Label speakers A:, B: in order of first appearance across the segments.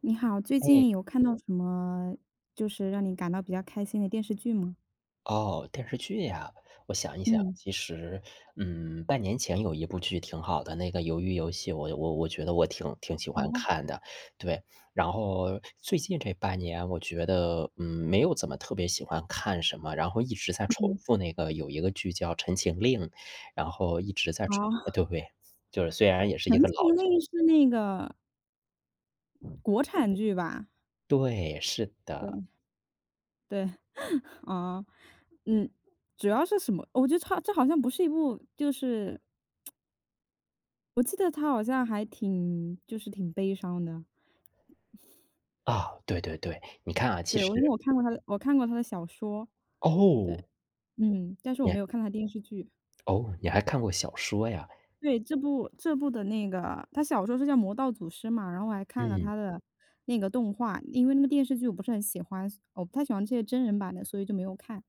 A: 你好，最
B: 哎，
A: 近有看到什么让你感到比较开心的电视剧吗？
B: 哦，电视剧呀，我想一想，
A: 嗯。
B: 其实，半年前有一部剧挺好的，那个《鱿鱼游戏》，我觉得我挺喜欢
A: 哦。
B: 看的，对。然后最近这半年，我觉得，没有怎么特别喜欢看什么，然后一直在重
A: 嗯。
B: 复那个有一个剧叫《陈情令》，然后一直在重，呃
A: 哦，
B: 对，就是虽然也是
A: 《陈
B: 一个老
A: 情
B: 剧，
A: 令》是那个国产剧吧？
B: 对，是
A: 对
B: 的。
A: 对。哦。嗯。主要是什么？我觉得它这好像不是一部，我记得它好像还挺就是挺悲伤的。
B: 啊，对对对，你看啊，其
A: 对，
B: 实，
A: 我看过他的小说。对。
B: 哦，
A: 嗯，但是我
B: 你
A: 没
B: 还
A: 有看他电视剧。
B: 哦，你还看过小说呀？
A: 对，这部的那个，他小说是叫《魔道祖师》嘛，然后我还看了
B: 嗯，
A: 他的那个动画，因为那个电视剧我不是很喜欢，我不太喜欢这些真人版的，所以就没有看。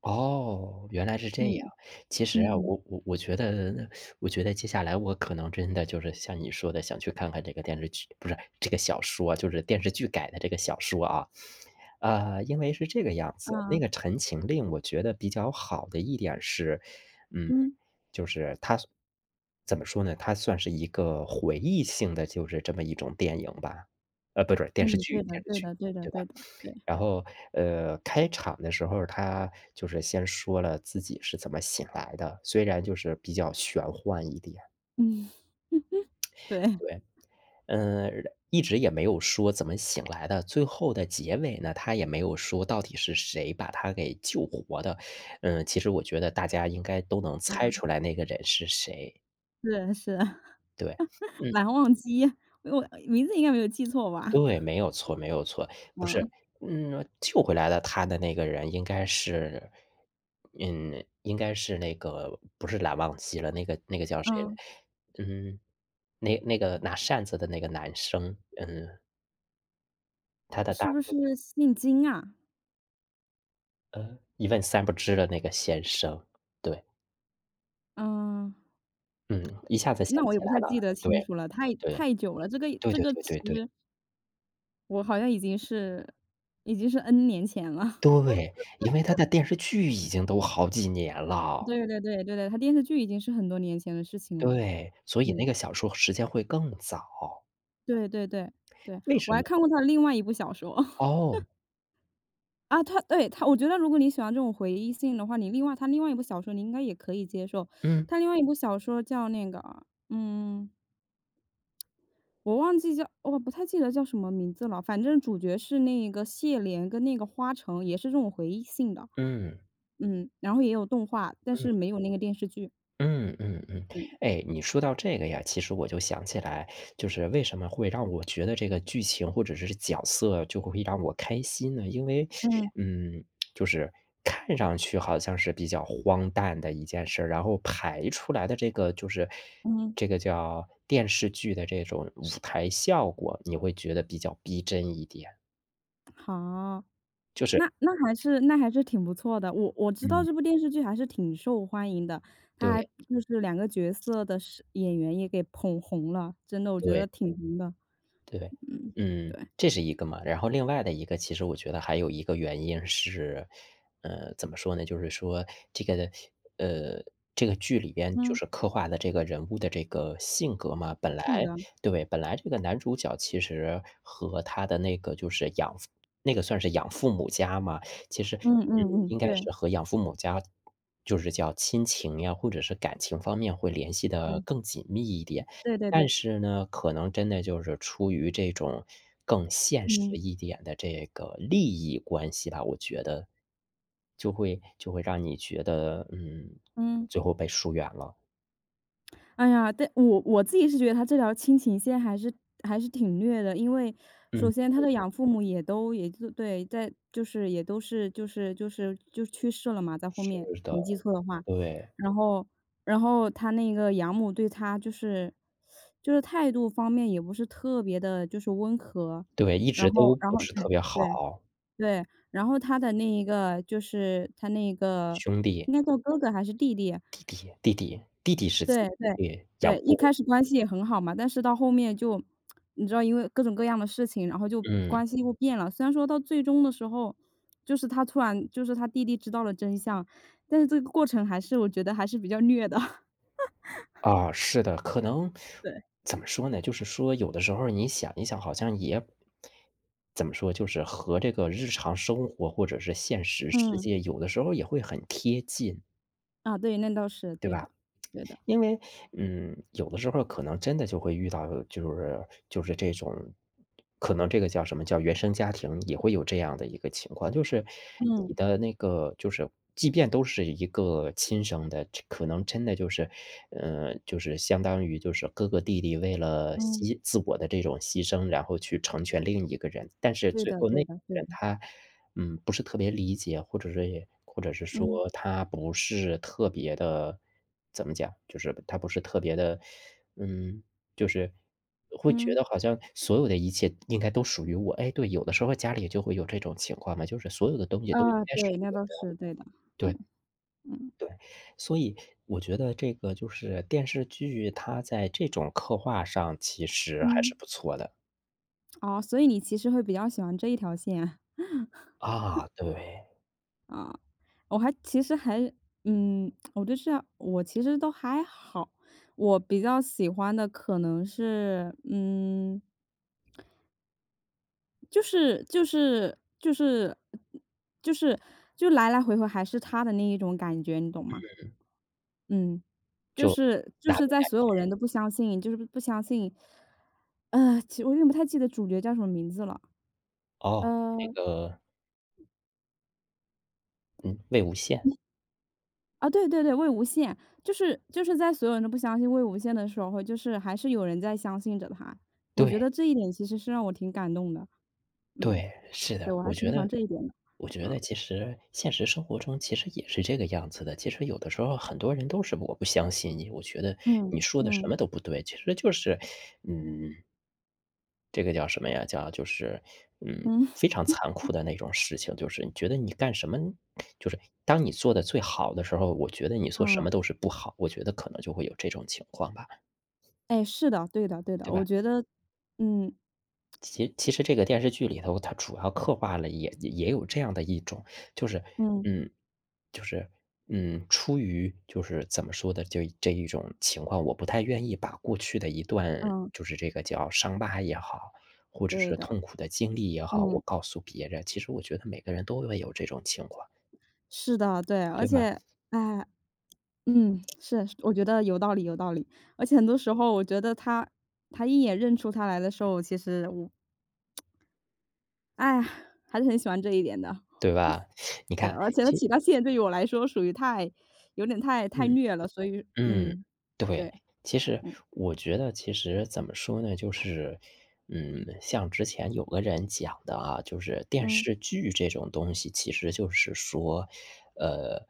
B: 哦，原来是这样。
A: 嗯
B: 其实啊，
A: 嗯
B: 我觉得接下来我可能真的就是像你说的，想去看看这个电视剧，不是，这个小说啊就是电视剧改的这个小说啊。因为是这个样子，那个
A: 啊
B: 《陈情令》我觉得比较好的一点是，嗯，
A: 嗯
B: 就是它怎么说呢？它算是一个回忆性的，就是这么一种电影吧，不是，
A: 嗯，对的
B: 电视
A: 对
B: 剧，
A: 的对的
B: 对
A: 对
B: 吧？
A: 的。对。
B: 然后，开场的时候，他就是先说了自己是怎么醒来的，虽然就是比较玄幻一点，
A: 嗯。对。
B: 对。嗯，一直也没有说怎么醒来的，最后的结尾呢，他也没有说到底是谁把他给救活的。嗯，其实我觉得大家应该都能猜
A: 嗯。
B: 出来那个人是谁，
A: 是是。
B: 对。嗯。
A: 蓝忘机，我名字应该没有记错吧？
B: 对，没有错没有错。不是，
A: 嗯
B: 嗯，救回来的他的那个人应该是那个不是蓝忘机了，那个叫谁来
A: 嗯。
B: 嗯，那个拿扇子的那个男生，嗯，他的大
A: 是不
B: 哥，
A: 是姓金啊？
B: 一问三不知的那个先生，对，
A: 嗯。
B: 嗯，一下子想
A: 那
B: 不
A: 我
B: 起
A: 也不太
B: 来了。
A: 记得
B: 对，
A: 清楚了，太
B: 对，
A: 太久了，这个
B: 对
A: 这
B: 对
A: 个
B: 对
A: 其
B: 对对，
A: 实我好像已经是已经是 N 年前了。
B: 对，因为他的电视剧已经都好几年 了，
A: 对对对对对，他电视剧已经是很多年前的事情了。
B: 对，所以那
A: 嗯，
B: 个小说时间会更早。
A: 对对对。对，
B: 为
A: 我
B: 什
A: 还
B: 么？
A: 看过他另外一部小说。
B: 哦，
A: 啊，他对，他，我觉得如果你喜欢这种回忆性的话，你另外他另外一部小说你应该也可以接受。
B: 嗯，
A: 他另外一部小说叫那个，我忘记叫我不太记得叫什么名字了，反正主角是那个谢怜跟那个花城，也是这种回忆性的。
B: 嗯，
A: 嗯，然后也有动画，但
B: 嗯，
A: 是没有那个电视剧。
B: 嗯，嗯，嗯。哎，你说到这个呀，其实我就想起来，就是为什么会让我觉得这个剧情或者是角色就会让我开心呢？因为，
A: 嗯。
B: 嗯，就是看上去好像是比较荒诞的一件事儿然后排出来的这个就是
A: 嗯。
B: 这个叫电视剧的这种舞台效果，你会觉得比较逼真一点，
A: 好。
B: 就是
A: 那还是挺不错的。我知道
B: 嗯，
A: 这部电视剧还是挺受欢迎的，他还
B: 对，
A: 就是两个角色的是演员也给捧红了，真的我觉得
B: 对。
A: 挺红的。
B: 对，
A: 嗯。
B: 嗯，
A: 对。
B: 这是一个嘛。然后另外的一个，其实我觉得还有一个原因是，怎么说呢？就是说这个，呃，这个剧里边就
A: 嗯。
B: 是刻画的这个人物的这个性格嘛。
A: 性格。
B: 对，本来这个男主角其实和他的那个就是养父那个算是养父母家嘛，其实，
A: 嗯嗯嗯，
B: 应该
A: 对
B: 是和养父母家就是叫亲情呀，或者是感情方面会联系的
A: 对
B: 更紧密一点。
A: 对对
B: 但
A: 对。
B: 是呢，可能真的就是出于这种更现实
A: 嗯
B: 一点的这个利益关系吧，我觉得就会让你觉得，
A: 嗯。
B: 最后被疏远了。
A: 哎呀，但我自己是觉得他这条亲情线还是还是挺虐的，因为首
B: 嗯，
A: 先他的养父母也就对，在就是也都是就是就是就去世了嘛，在后
B: 是
A: 面
B: 的，
A: 没记错的话，
B: 对，
A: 然后然后他那个养母对他态度方面也不是特别的，就是温和，
B: 对，一
A: 然
B: 直
A: 后
B: 都
A: 然
B: 不
A: 后
B: 是
A: 对
B: 特别
A: 对
B: 好，
A: 对。然后他的那一个就是他那个
B: 兄弟、
A: 应该叫哥哥还是弟弟，
B: 弟弟、弟弟、弟弟是期，
A: 对对，
B: 对，养
A: 对，一开
B: 父，
A: 始关系也很好嘛，但是到后面就你知道，因为各种各样的事情，然后就
B: 嗯。
A: 关系又变了。虽然说到最终的时候，就是他突然就是他弟弟知道了真相，但是这个过程还是我觉得还是比较虐的。
B: 啊，是的，可能
A: 对。
B: 怎么说呢？就是说，有的时候你想一想，好像也怎么说，就是和这个日常生活或者是现实世
A: 嗯。
B: 界，有的时候也会很贴近，
A: 啊，对，那倒是
B: 对
A: 对的。
B: 吧？
A: 对的。
B: 因为，有的时候可能真的就会遇到，就是这种，可能这个叫什么叫原生家庭，也会有这样的一个情况，就是你
A: 嗯
B: 的那个就是即便都是一个亲生的，这可能真的就是，就是相当于就是哥哥弟弟为了
A: 嗯。
B: 牺自我的这种牺牲，然后去成全另一个人，但是
A: 对
B: 最
A: 的
B: 后
A: 对
B: 那个
A: 的对的。
B: 人他，不是特别理解，或者是
A: 嗯
B: 说他不是特别的怎么讲，就是他不是特别的，嗯，就是会觉
A: 嗯。
B: 得好像所有的一切应该都属于我。哎，对，有的时候家里就会有这种情况嘛，就是所有的东西都应
A: 啊，
B: 该是
A: 对，
B: 我
A: 那倒
B: 的。
A: 是对的。嗯
B: 对，
A: 嗯
B: 对。所以我觉得这个就是电视剧，它在这种刻画上其实还
A: 嗯。
B: 是不错的。
A: 哦，所以你其实会比较喜欢这一条线啊。
B: 啊，对，
A: 啊，我还其实还嗯，我对这样我其实都还好。我比较喜欢的可能是，就是就是就是就是就来来回回还是他的那一种感觉，你懂吗？嗯，就
B: 就
A: 是
B: 哪吒
A: 在所有人都不相信，不相信。其实我有点不太记得主角叫什么名字了。
B: 哦，那
A: 呃。
B: 个，嗯，魏无羡，
A: 啊，对对对，魏无羡。就是在所有人都不相信魏无羡的时候，就是还是有人在相信着他。我
B: 对。
A: 觉得这一点其实是让我挺感动的。嗯。
B: 对，是
A: 对，
B: 的，
A: 我还
B: 我
A: 挺
B: 觉
A: 喜欢
B: 得
A: 这一点的。
B: 我觉
A: 啊。
B: 得其实现实生活中其实也是这个样子的。其实有的时候很多人都是我不相信你，我觉得
A: 嗯
B: 你说的什
A: 嗯
B: 么都不对，其实就是，嗯，这个叫什么呀？叫就是，
A: 嗯
B: 非常残酷的那种事情，就是你觉得你干什么就是当你做的最好的时候，我觉得你做什
A: 嗯。
B: 么都是不好，我觉得可能就会有这种情况吧，
A: 哎，是的，对的对的，
B: 对
A: 我
B: 吧？
A: 觉得。嗯
B: 其实这个电视剧里头，它主要刻画了也有这样的一种，就是
A: 嗯
B: 嗯，就是出于就是怎么说的，就这一种情况，我不太愿意把过去的一段，
A: 嗯。
B: 就是这个叫伤疤也好，或者
A: 对
B: 是
A: 的。
B: 痛苦的经历也好，我
A: 嗯。
B: 告诉别人。其实我觉得每个人都会有这种情况，
A: 是的。对，而
B: 对吧？
A: 且，哎，嗯，是，我觉得有道理有道理。而且很多时候我觉得他一眼认出他来的时候，其实我，哎呀，还是很喜欢这一点的。
B: 对吧？你
A: 对，
B: 看，
A: 而且他起到线对于我来说属于太有点太
B: 嗯。
A: 虐了，所以
B: 嗯，对。
A: 对。
B: 其实
A: 嗯。
B: 我觉得其实怎么说呢，就是，像之前有个人讲的啊，就是电
A: 嗯。
B: 视剧这种东西，其实就是说，呃，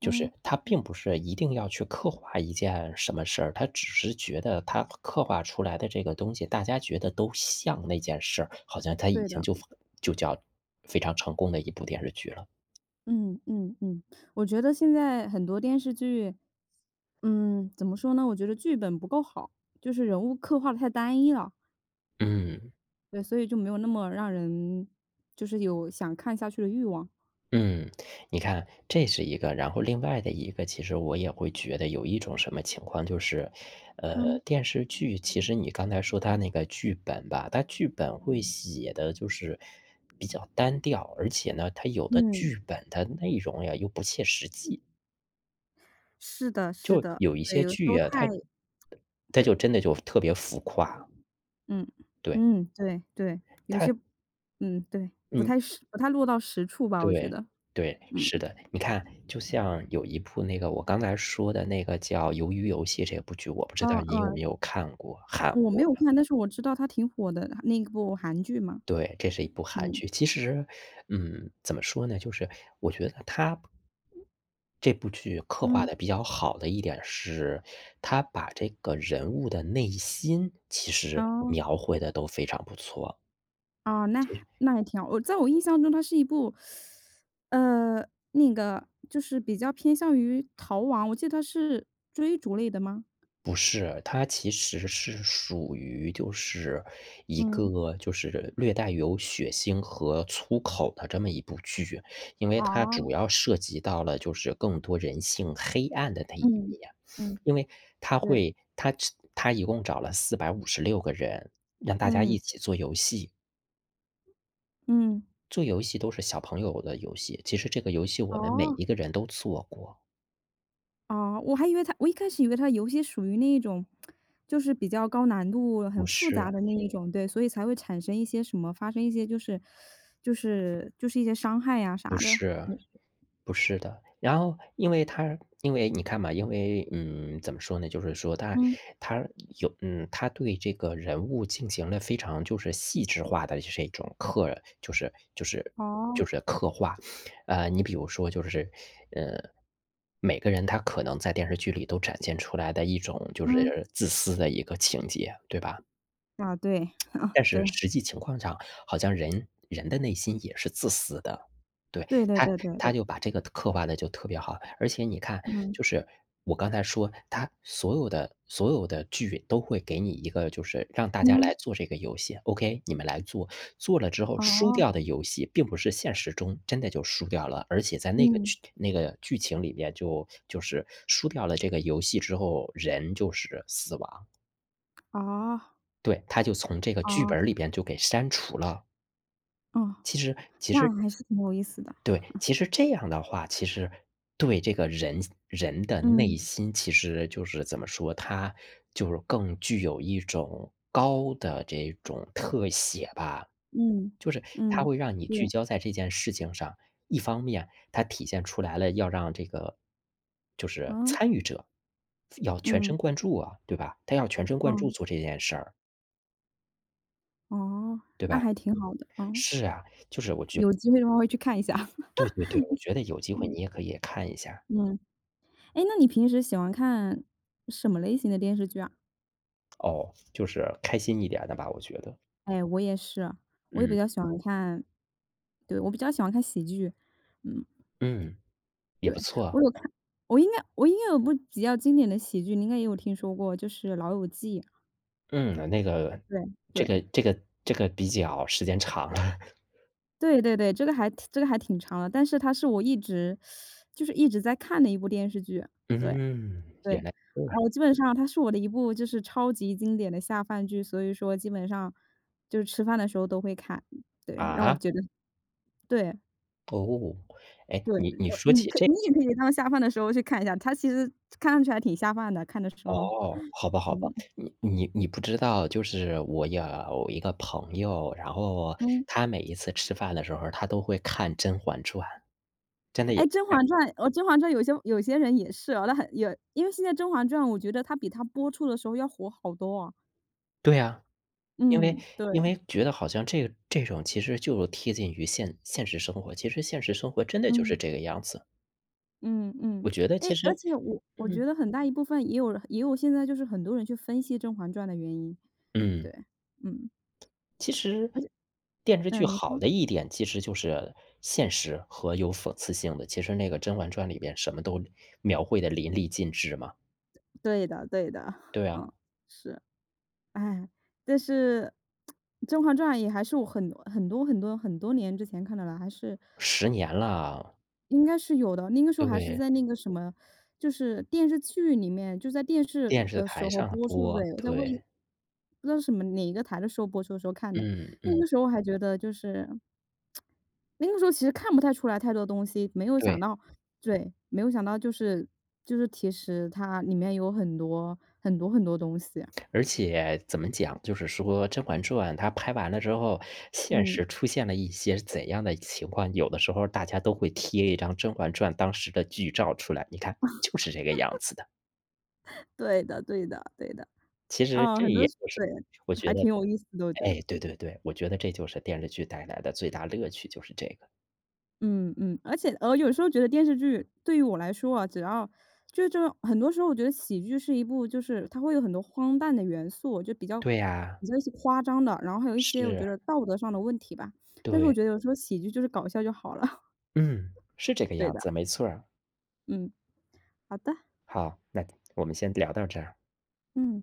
B: 就是
A: 嗯。
B: 它并不是一定要去刻画一件什么事儿，它只是觉得它刻画出来的这个东西，大家觉得都像那件事儿，好像它已
A: 对
B: 经
A: 的。
B: 就叫非常成功的一部电视剧了。
A: 嗯嗯嗯。我觉得现在很多电视剧，嗯，怎么说呢，我觉得剧本不够好，就是人物刻画的太单一了。
B: 嗯。
A: 对，所以就没有那么让人就是有想看下去的欲望。
B: 嗯，你看，这是一个，然后另外的一个，其实我也会觉得有一种什么情况，就是，
A: 嗯。
B: 电视剧其实你刚才说它那个剧本吧，它剧本会写的就是比较单调，而且呢，它有的
A: 嗯，
B: 剧本它内容呀又不切实际，
A: 是的是
B: 就
A: 的。
B: 有一
A: 对，
B: 些
A: 有时
B: 剧
A: 候太
B: 呀，它
A: 对。
B: 就真的就特别浮夸，
A: 嗯。
B: 对，
A: 嗯，对对，有
B: 它
A: 些嗯，对，
B: 嗯，
A: 不太落到实处吧，我觉
B: 对，
A: 得。
B: 对，
A: 嗯。
B: 是的。你看，就像有一部那个我刚才说的那个叫《鱿鱼游戏》这部剧，我不知道
A: 嗯
B: 你有没
A: 嗯，
B: 有看过，韩
A: 我没
B: 国
A: 有
B: 的。
A: 看，但是我知道它挺火的，那部韩剧嘛。
B: 对，这是一部韩
A: 嗯。
B: 剧。其实，嗯，怎么说呢，就是我觉得他这部剧刻画
A: 嗯。
B: 的比较好的一点是，他把这个人物的内心其实
A: 哦。
B: 描绘的都非常不错。
A: 哦，那还挺好。我在我印象中它是一部，呃，那个就是比较偏向于逃亡，我记得它是追逐类的吗？
B: 不是，它其实是属于就是一
A: 嗯。
B: 个就是略带有血腥和粗口的这么一部剧，因为它
A: 哦。
B: 主要涉及到了就是更多人性黑暗的那一
A: 嗯。
B: 面。
A: 嗯。
B: 因为它
A: 对。
B: 会它它一共找了456个人，让大家一
A: 嗯。
B: 起做游戏，
A: 嗯。
B: 做游戏都是小朋友的游戏，其实这个游戏我们每
A: 哦。
B: 一个人都做过。
A: 哦，我一开始以为他的游戏属于那一种，就是比较高难度、很
B: 不
A: 复
B: 是，
A: 杂的那一种，对，所以才会产生一些什么，发生一些一些伤害呀啥
B: 不
A: 的。
B: 是。
A: 嗯
B: 不是的，然后因为他，因为你看嘛，因为，怎么说呢，就是说他，
A: 嗯。
B: 他有嗯，他对这个人物进行了非常就是细致化的这种刻就是就是
A: 哦。
B: 就是刻画。你比如说就是，呃，每个人他可能在电视剧里都展现出来的一种就
A: 嗯。
B: 是自私的一个情节，对吧？
A: 啊，对，啊，
B: 但是
A: 对，
B: 实际情况上，好像人人的内心也是自私的。对，
A: 对对
B: 他
A: 对对
B: 他
A: 对。
B: 就把这个刻画的就特别好。而且你看，
A: 嗯
B: 就是我刚才说，他所有的剧都会给你一个就是让大家
A: 嗯。
B: 来做这个游戏，OK，你们来做。做了之后输
A: 哦。
B: 掉的游戏并不是现实中真的就输掉了，而且在
A: 嗯。
B: 那个剧情里面就是输掉了这个游戏之后，人就是死亡。
A: 哦
B: 对，他就从这个剧
A: 哦
B: 本儿里边就给删除了。
A: 哦，
B: 其实其
A: 那
B: 实
A: 还是挺有意思的。
B: 对，其实这样的话，其实对这个人的内
A: 嗯
B: 心，其实就是怎么说，它就是更具有一种高的这种特写吧。
A: 嗯
B: 就是它
A: 嗯。
B: 会让你聚
A: 对。
B: 焦在这件事情上，一方面它体现出来了要让这个就是
A: 嗯
B: 参与者要全
A: 嗯
B: 神贯注啊，对吧？他要全神
A: 嗯。
B: 贯
A: 哦
B: 注做这件事儿，
A: 哦，
B: 对
A: 那
B: 吧？
A: 还挺好的。嗯。
B: 是啊。
A: 有机会的话会去看一下。
B: 对对对，我觉得有机会你也可以看一下，
A: 嗯。哎，那你平时喜欢看什么类型的电视剧啊？
B: 哦，就是开心一点的吧，我觉得。
A: 哎，我也是。我也比
B: 嗯，
A: 较喜欢看对，我比较喜欢看喜剧。嗯。
B: 嗯，也不
A: 对，
B: 错。
A: 我有看我应该我应该有部比较经典的喜剧，你应该也有听说过，就是《老友记》。
B: 嗯，那个
A: 对。
B: 这
A: 对。
B: 个这个这个比较时间长了。
A: 对对对，这个还挺长的，但是它是我一直就是一直在看的一部电视剧。对。
B: 嗯，
A: 对。
B: 原来是这
A: 啊，我
B: 样。
A: 基本上它是我的一部就是超级经典的下饭剧，所以说基本上就是吃饭的时候都会看。对，让我
B: 啊？
A: 觉得对。
B: 哦，哎，
A: 对，
B: 你你
A: 我
B: 说
A: 你
B: 起
A: 可
B: 这
A: 你也可以当下饭的时候去看一下，它其实看上去还挺下饭的，看的时候，
B: 哦，好吧好吧，
A: 嗯。
B: 你不知道，就是我有一个朋友，然后
A: 嗯。
B: 他每一次吃饭的时候，他都会看《甄嬛传》，真的也
A: 哎，
B: 是
A: 《甄嬛传》哦，《甄嬛传》有些有些人也是啊，那很也因为现在《甄嬛传》，我觉得它比它播出的时候要火好多啊。
B: 对呀，因为
A: 嗯，对。
B: 因为觉得好像这个这种其实就是贴近于现实生活，其实现实生活真的就是
A: 嗯。
B: 这个样子。
A: 嗯嗯。
B: 我觉得其
A: 诶，而
B: 实
A: 且我觉
B: 嗯
A: 得很大一部分也有现在就是很多人去分析《甄嬛传》的原因。对。
B: 嗯，
A: 嗯。
B: 其实
A: 而且
B: 电视剧
A: 嗯，你
B: 好
A: 说，
B: 的一点其实就是现实和有讽刺性的，其实那个《甄嬛传》里边什么都描绘的淋漓尽致嘛。
A: 对的对的。
B: 对啊，
A: 嗯。是。哎。但是《甄嬛传》也还是我很多很多很多很多年之前看的了，还是
B: 10年了，
A: 应该是有的。那个时候还是
B: 对，
A: 在那个什么，就是电视剧里面，就在电视
B: 电视
A: 的时
B: 台
A: 候
B: 上
A: 播出的，
B: 播，
A: 对在卫
B: 对，
A: 不知道什么哪一个台的时候播出的时候看的。
B: 嗯
A: 那
B: 嗯，
A: 个时候还觉得就是那个时候其实看不太出来太多东西，没有想
B: 对。
A: 到对，没有想到就是其实它里面有很多很多很多东西。
B: 而且怎么讲，就是说《甄嬛传》它拍完了之后，现
A: 嗯，
B: 实出现了一些怎样的情况，有的时候大家都会贴一张《甄嬛传》当时的剧照出来，你看就是这个样子的。
A: 对的对的对的。
B: 其实
A: 啊，
B: 这
A: 很多
B: 也 就是
A: 对，
B: 我觉
A: 还
B: 得
A: 挺有意思的，我觉得。
B: 哎，对对对，我觉得这就是电视剧带来的最大乐趣，就是这个。
A: 嗯嗯。而且有时候觉得电视剧对于我来说啊，只要这种很多时候我觉得喜剧是一部就是它会有很多荒诞的元素，就
B: 对呀，
A: 比较一些夸张的，然后还有一些我觉
B: 是，
A: 得道德上的问题吧，但是我
B: 对，
A: 觉得有时候喜剧就是搞笑就好了。
B: 嗯，是这个
A: 对
B: 样
A: 的。
B: 子，没错儿。
A: 嗯。好的。
B: 好，那我们先聊到这儿。
A: 嗯。